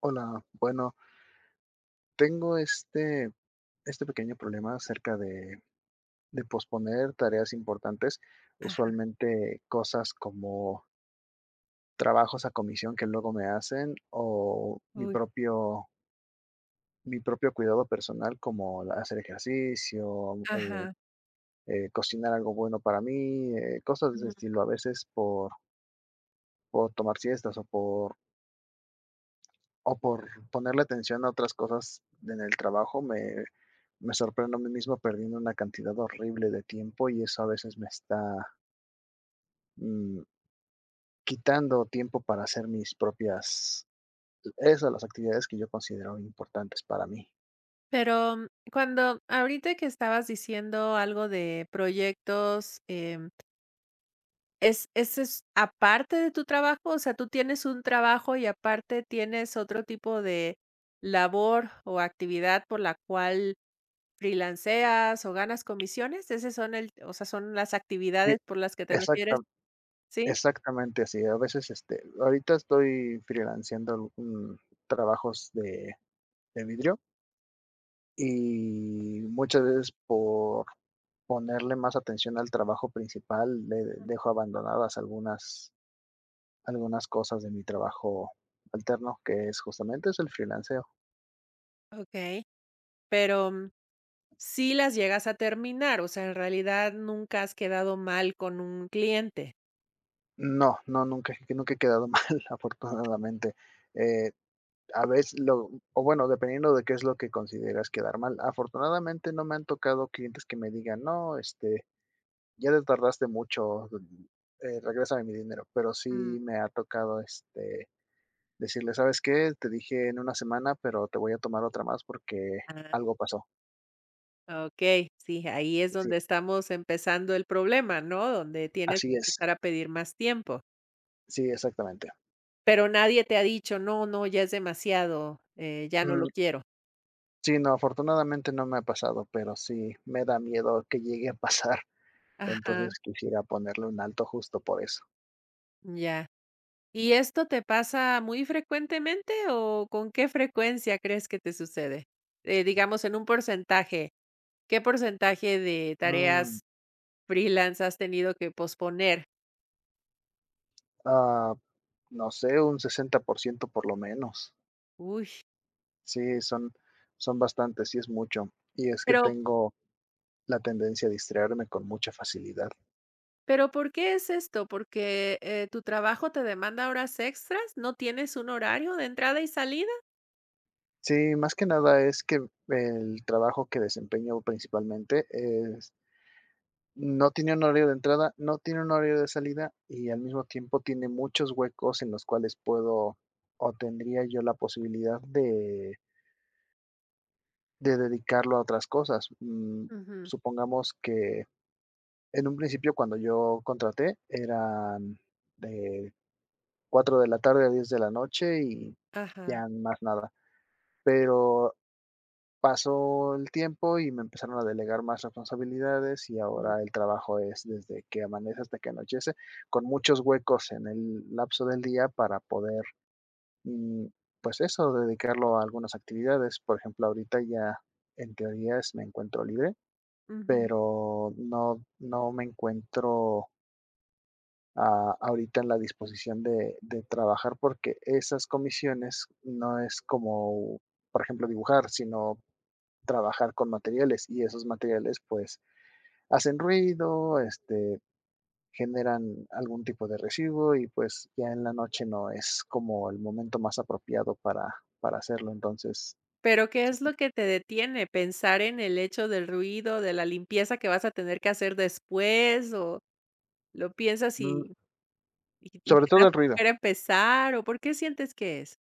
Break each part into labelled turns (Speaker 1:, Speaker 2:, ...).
Speaker 1: Hola, bueno, tengo este pequeño problema acerca de posponer tareas importantes,
Speaker 2: Ajá,
Speaker 1: usualmente cosas como trabajos a comisión que luego me hacen o
Speaker 2: uy,
Speaker 1: mi propio cuidado personal como hacer ejercicio,
Speaker 2: ajá.
Speaker 1: cocinar algo bueno para mí, cosas de ese
Speaker 2: Ujú.
Speaker 1: estilo, a veces por tomar siestas o por ponerle atención a otras cosas en el trabajo, me sorprendo a mí mismo perdiendo una cantidad horrible de tiempo y eso a veces me está mm, quitando tiempo para hacer esas las actividades que yo considero importantes para mí.
Speaker 2: Pero, cuando ahorita que estabas diciendo algo de proyectos, ¿es ese es aparte de tu trabajo? O sea, ¿tú tienes un trabajo y aparte tienes otro tipo de labor o actividad por la cual freelanceas o ganas comisiones? ¿Ese son el o sea, son las
Speaker 1: Sí,
Speaker 2: actividades por las que te
Speaker 1: exacta,
Speaker 2: refieres? ¿Sí?
Speaker 1: exactamente así. A veces, este, ahorita estoy freelanceando, trabajos de vidrio y muchas veces por ponerle más atención al trabajo principal, le dejo abandonadas algunas cosas de mi trabajo alterno, que es justamente es el freelanceo.
Speaker 2: Okey. Pero, ¿sí las llegas a terminar? O sea, en realidad, ¿nunca has quedado mal con un cliente?
Speaker 1: No, nunca he quedado mal, afortunadamente. Eh, a veces, o bueno, dependiendo de qué es lo que consideras quedar mal. Afortunadamente no me han tocado clientes que me digan, no, este, ya te tardaste mucho, regrésame mi dinero. Pero
Speaker 2: Mm,
Speaker 1: sí me ha tocado, este, decirle, ¿sabes qué? Te dije en una semana, pero te voy a tomar otra más porque
Speaker 2: ah,
Speaker 1: algo pasó.
Speaker 2: okey, sí, ahí es
Speaker 1: Sí,
Speaker 2: donde estamos empezando el problema, ¿no? Donde tienes
Speaker 1: así
Speaker 2: que
Speaker 1: es.
Speaker 2: empezar a pedir más tiempo,
Speaker 1: Sí, exactamente.
Speaker 2: pero nadie te ha dicho: "No, no, ya es demasiado, ya no
Speaker 1: Mm,
Speaker 2: lo quiero".
Speaker 1: sí, no, afortunadamente no me ha pasado, pero sí me da miedo que llegue a pasar.
Speaker 2: Ajá,
Speaker 1: Entonces quisiera ponerle un alto justo por eso.
Speaker 2: ya. ¿Y esto te pasa muy frecuentemente o con qué frecuencia crees que te sucede? Digamos, en un porcentaje, ¿qué porcentaje de
Speaker 1: Mm,
Speaker 2: tareas freelance has tenido que posponer?
Speaker 1: ah, no sé, un 60% por ciento por lo menos.
Speaker 2: Uy,
Speaker 1: Sí, son bastantes, sí es mucho. Y es que
Speaker 2: pero
Speaker 1: tengo la tendencia a distraerme con mucha facilidad.
Speaker 2: pero, ¿por qué es esto? ¿Porque, tu trabajo te demanda horas extras? ¿No tienes un horario de entrada y salida?
Speaker 1: Sí, más que nada es que el trabajo que desempeño principalmente es no tiene un horario de entrada, no tiene un horario de salida y al mismo tiempo tiene muchos huecos en los cuales puedo o tendría yo la posibilidad de dedicarlo a otras cosas.
Speaker 2: Ujú.
Speaker 1: Supongamos que en un principio cuando yo contraté eran de 4 de la tarde a 10 de la noche y
Speaker 2: Ajá,
Speaker 1: ya más nada, pero pasó el tiempo y me empezaron a delegar más responsabilidades y
Speaker 2: mm,
Speaker 1: ahora el trabajo es desde que amanece hasta que anochece, con muchos huecos en el lapso del día para poder, mm, pues eso, dedicarlo a algunas actividades. Por ejemplo, ahorita ya en teoría es me encuentro libre,
Speaker 2: ujú.
Speaker 1: pero no me encuentro a ahorita en la disposición de trabajar porque esas comisiones no es como, por ejemplo, dibujar, sino trabajar con materiales y esos materiales, pues, hacen ruido, este, generan algún tipo de residuo y, pues, ya en la noche no es como el momento más apropiado para hacerlo. Entonces,
Speaker 2: Pero, ¿qué es lo que te detiene? ¿Pensar en el hecho del ruido, de la limpieza que vas a tener que hacer después, o lo piensas
Speaker 1: mm,
Speaker 2: y y
Speaker 1: sobre
Speaker 2: te da
Speaker 1: todo el ruido,
Speaker 2: flojera empezar, o por qué sientes que es?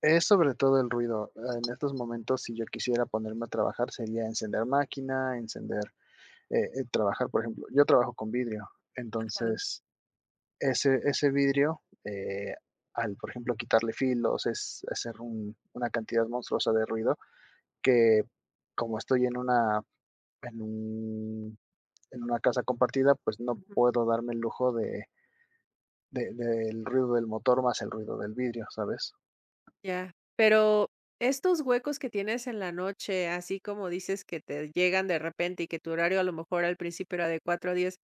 Speaker 1: es sobre todo el ruido. En estos momentos, si yo quisiera ponerme a trabajar, sería encender máquina, encender, trabajar, por ejemplo, yo trabajo con vidrio,
Speaker 2: Ajá,
Speaker 1: entonces, ese vidrio, al, por ejemplo, quitarle filos, es hacer una cantidad monstruosa de ruido, que como estoy en en un- en una casa compartida, pues no
Speaker 2: ujú,
Speaker 1: puedo darme el lujo del ruido del motor más el ruido del vidrio, ¿sabes?
Speaker 2: ya. Pero, estos huecos que tienes en la noche, así como dices que te llegan de repente y que tu horario a lo mejor al principio era de 4 a 10.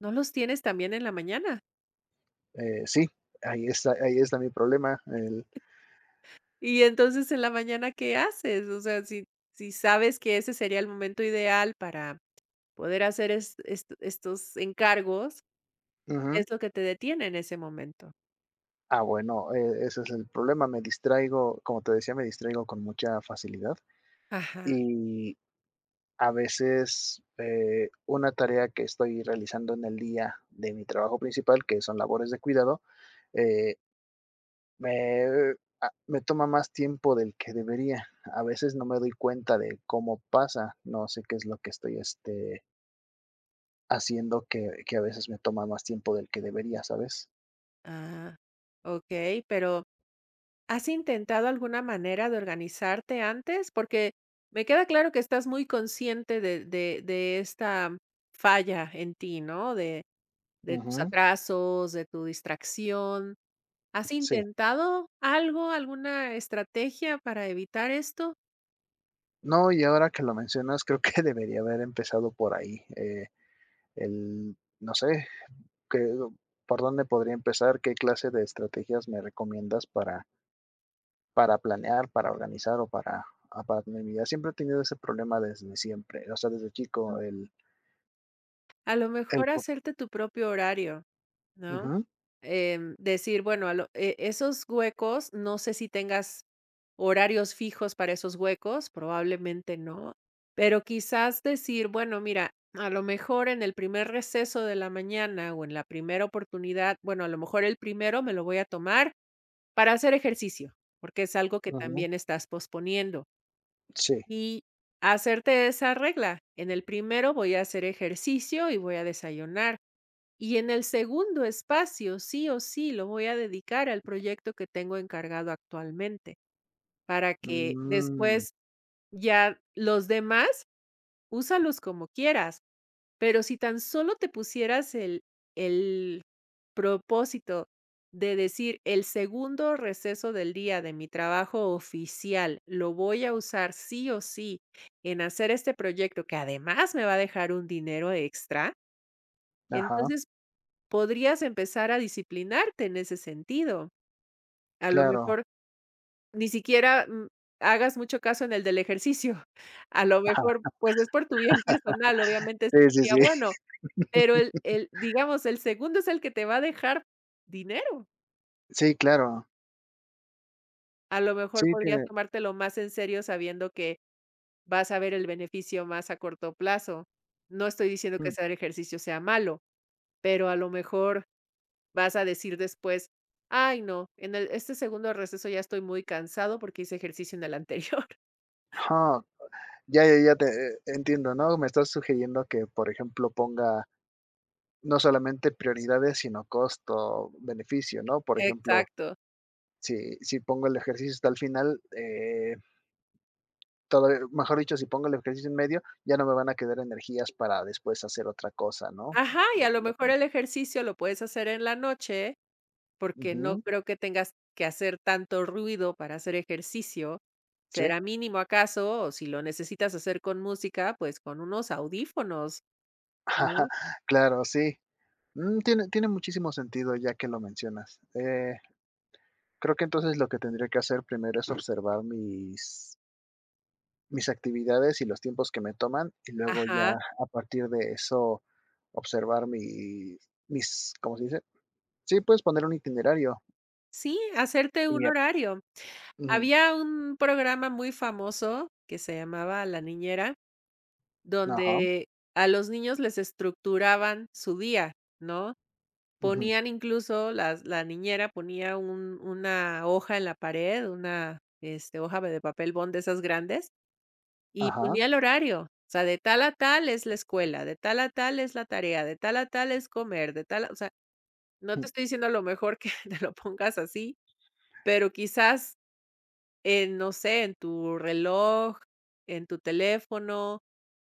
Speaker 2: No los tienes también en la mañana.
Speaker 1: Sí, ahí está mi problema. El,
Speaker 2: Y entonces, ¿en la mañana qué haces? O sea, si sabes que ese sería el momento ideal para poder hacer es est estos encargos, ¿qué
Speaker 1: ujú.
Speaker 2: es lo que te detiene en ese momento?
Speaker 1: Ah, bueno, ese es el problema. Me distraigo, como te decía, me distraigo con mucha facilidad.
Speaker 2: Ajá,
Speaker 1: Y a veces, una tarea que estoy realizando en el día de mi trabajo principal, que son labores de cuidado, eh, me, me toma más tiempo del que debería. A veces no me doy cuenta de cómo pasa, no sé qué es lo que estoy, este, haciendo que a veces me toma más tiempo del que debería, ¿sabes?
Speaker 2: ah, okey, pero, ¿has intentado alguna manera de organizarte antes? Porque me queda claro que estás muy consciente de esta falla en ti, ¿no? De tus
Speaker 1: Ujú,
Speaker 2: atrasos, de tu distracción. ¿Has
Speaker 1: sí.
Speaker 2: intentado algo, alguna estrategia para evitar esto?
Speaker 1: No, y ahora que lo mencionas, creo que debería haber empezado por ahí, el, no sé, que, ¿por dónde podría empezar? ¿Qué clase de estrategias me recomiendas para planear, para organizar o para, ah, para mi vida? Siempre he tenido ese problema desde siempre, o sea, desde
Speaker 2: Mm.
Speaker 1: chico, el,
Speaker 2: A lo
Speaker 1: el
Speaker 2: mejor
Speaker 1: po-
Speaker 2: hacerte tu propio horario, ¿no?
Speaker 1: ujú,
Speaker 2: Decir, bueno, a lo e esos huecos, no sé si tengas horarios fijos para esos huecos, probablemente no, pero quizás decir, bueno, mira, a lo mejor en el primer receso de la mañana o en la primera oportunidad, bueno, a lo mejor el primero me lo voy a tomar para hacer ejercicio, porque es algo que
Speaker 1: ujú,
Speaker 2: también estás posponiendo.
Speaker 1: sí.
Speaker 2: Y hacerte esa regla. En el primero voy a hacer ejercicio y voy a desayunar. Y en el segundo espacio, sí o sí, lo voy a dedicar al proyecto que tengo encargado actualmente, para que
Speaker 1: Mm,
Speaker 2: después ya los demás úsalos como quieras. Pero si tan solo te pusieras el propósito de decir: "El segundo receso del día de mi trabajo oficial lo voy a usar sí o sí en hacer este proyecto que además me va a dejar un dinero extra",
Speaker 1: ajá,
Speaker 2: entonces podrías empezar a disciplinarte en ese sentido. A lo
Speaker 1: claro.
Speaker 2: mejor ni siquiera, hagas mucho caso en el del ejercicio. A lo
Speaker 1: Ajá.
Speaker 2: mejor, pues, es por tu bien personal, obviamente
Speaker 1: Sí,
Speaker 2: sí
Speaker 1: sí,
Speaker 2: sería
Speaker 1: sí.
Speaker 2: bueno, pero el digamos, el segundo es el que te va a dejar dinero.
Speaker 1: Sí, claro.
Speaker 2: A lo mejor
Speaker 1: Sí,
Speaker 2: podrías
Speaker 1: tiene.
Speaker 2: tomártelo más en serio sabiendo que vas a ver el beneficio más a corto plazo. No estoy diciendo que
Speaker 1: Mm,
Speaker 2: hacer ejercicio sea malo, pero a lo mejor vas a decir después: "Ay, no, en el segundo receso ya estoy muy cansado porque hice ejercicio en el anterior".
Speaker 1: ajá. Ya, ya, ya te entiendo, ¿no? Me estás sugiriendo que, por ejemplo, ponga no solamente prioridades, sino costo, beneficio, ¿no? Por ejemplo,
Speaker 2: Exacto.
Speaker 1: si pongo el ejercicio hasta el final, todo, mejor dicho, si pongo el ejercicio en medio, ya no me van a quedar energías para después hacer otra cosa, ¿no?
Speaker 2: Ajá, y a lo mejor el ejercicio lo puedes hacer en la noche. Porque no
Speaker 1: Ujú,
Speaker 2: creo que tengas que hacer tanto ruido para hacer ejercicio.
Speaker 1: sí,
Speaker 2: Será mínimo acaso, o si lo necesitas hacer con música, pues con unos audífonos, ¿no?
Speaker 1: claro, sí. Tiene, tiene muchísimo sentido ya que lo mencionas. Creo que entonces lo que tendría que hacer primero es observar mis actividades y los tiempos que me toman y luego
Speaker 2: Ajá.
Speaker 1: ya a partir de eso observar ¿cómo se dice? Sí, puedes poner un itinerario.
Speaker 2: Sí, hacerte
Speaker 1: Y
Speaker 2: un
Speaker 1: ya.
Speaker 2: horario.
Speaker 1: Ujú.
Speaker 2: Había un programa muy famoso que se llamaba La Niñera,
Speaker 1: Ajá,
Speaker 2: donde a los niños les estructuraban su día, ¿no?
Speaker 1: ujú,
Speaker 2: Ponían incluso las la niñera ponía un una hoja en la pared, una, este, hoja de papel bond de esas grandes. Y
Speaker 1: ajá,
Speaker 2: ponía el horario, o sea, de tal a tal es la escuela, de tal a tal es la tarea, de tal a tal es comer, o sea, no te
Speaker 1: jum.
Speaker 2: estoy diciendo a lo mejor que te lo pongas así, pero quizás, en no sé, en tu reloj, en tu teléfono,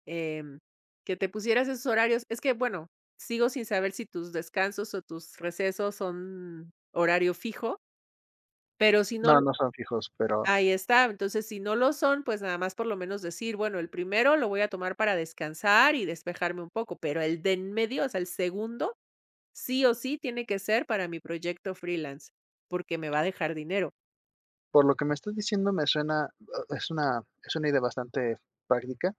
Speaker 2: em, que te pusieras esos horarios. Es que, bueno, sigo sin saber si tus descansos o tus recesos son horario fijo, pero si no
Speaker 1: No, no son fijos, pero
Speaker 2: Ahí está. Entonces, si no lo son, pues nada más por lo menos decir, bueno, el primero lo voy a tomar para descansar y despejarme un poco, pero el de en medio, o sea, el segundo, sí o sí tiene que ser para mi proyecto freelance, porque me va a dejar dinero.
Speaker 1: por lo que me estás diciendo me suena, o es una idea bastante práctica,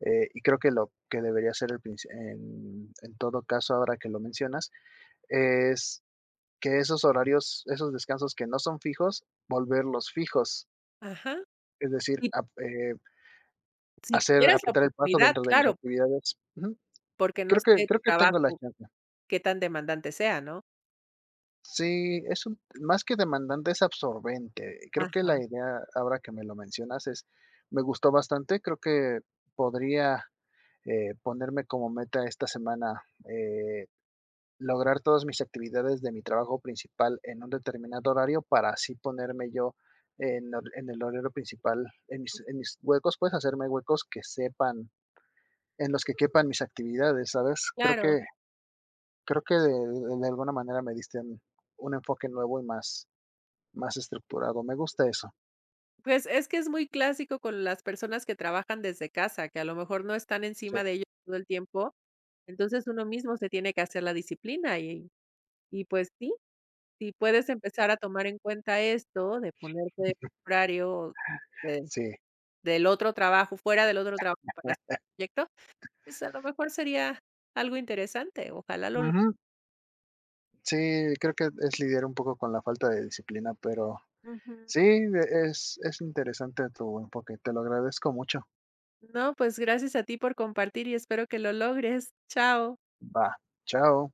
Speaker 1: y creo que lo que debería ser el princi en todo caso, ahora que lo mencionas, es que esos horarios, esos descansos que no son fijos, volverlos fijos,
Speaker 2: Ajá.
Speaker 1: es decir,
Speaker 2: Y
Speaker 1: ap
Speaker 2: si
Speaker 1: hacer
Speaker 2: tuvieras la
Speaker 1: apretar el paso
Speaker 2: oportunidad,
Speaker 1: dentro de mis
Speaker 2: claro,
Speaker 1: actividades. Ujú.
Speaker 2: porque no sé tu
Speaker 1: Creo que tengo la
Speaker 2: trabajo,
Speaker 1: chance.
Speaker 2: qué tan demandante sea, ¿no?
Speaker 1: Sí, es un más que demandante, es absorbente. Creo que
Speaker 2: Ajá,
Speaker 1: la idea, ahora que me lo mencionas, es me gustó bastante. Creo que podría, ponerme como meta esta semana, eh, lograr todas mis actividades de mi trabajo principal en un determinado horario para así ponerme yo en hor en el horario principal, en mis huecos, pues, hacerme huecos que sepan en los que quepan mis actividades, ¿sabes?
Speaker 2: claro.
Speaker 1: Creo que de alguna manera me diste un enfoque nuevo y más más estructurado, me gusta eso.
Speaker 2: Pues es que es muy clásico con las personas que trabajan desde casa, que a lo mejor no están
Speaker 1: Sí,
Speaker 2: encima de ellos todo el tiempo. Entonces uno mismo se tiene que hacer la disciplina y Y pues sí, si puedes empezar a tomar en cuenta esto de ponerte horario de
Speaker 1: sí.
Speaker 2: del otro trabajo, fuera del otro trabajo para hacer tu proyecto, pues a lo mejor sería algo interesante, ojalá lo
Speaker 1: Ujú. Sí, creo que es lidiar un poco con la falta de disciplina, pero sí, es interesante tu enfoque. Te lo agradezco mucho.
Speaker 2: No, pues gracias a ti por compartir y espero que lo logres. Chao.
Speaker 1: Va, chao.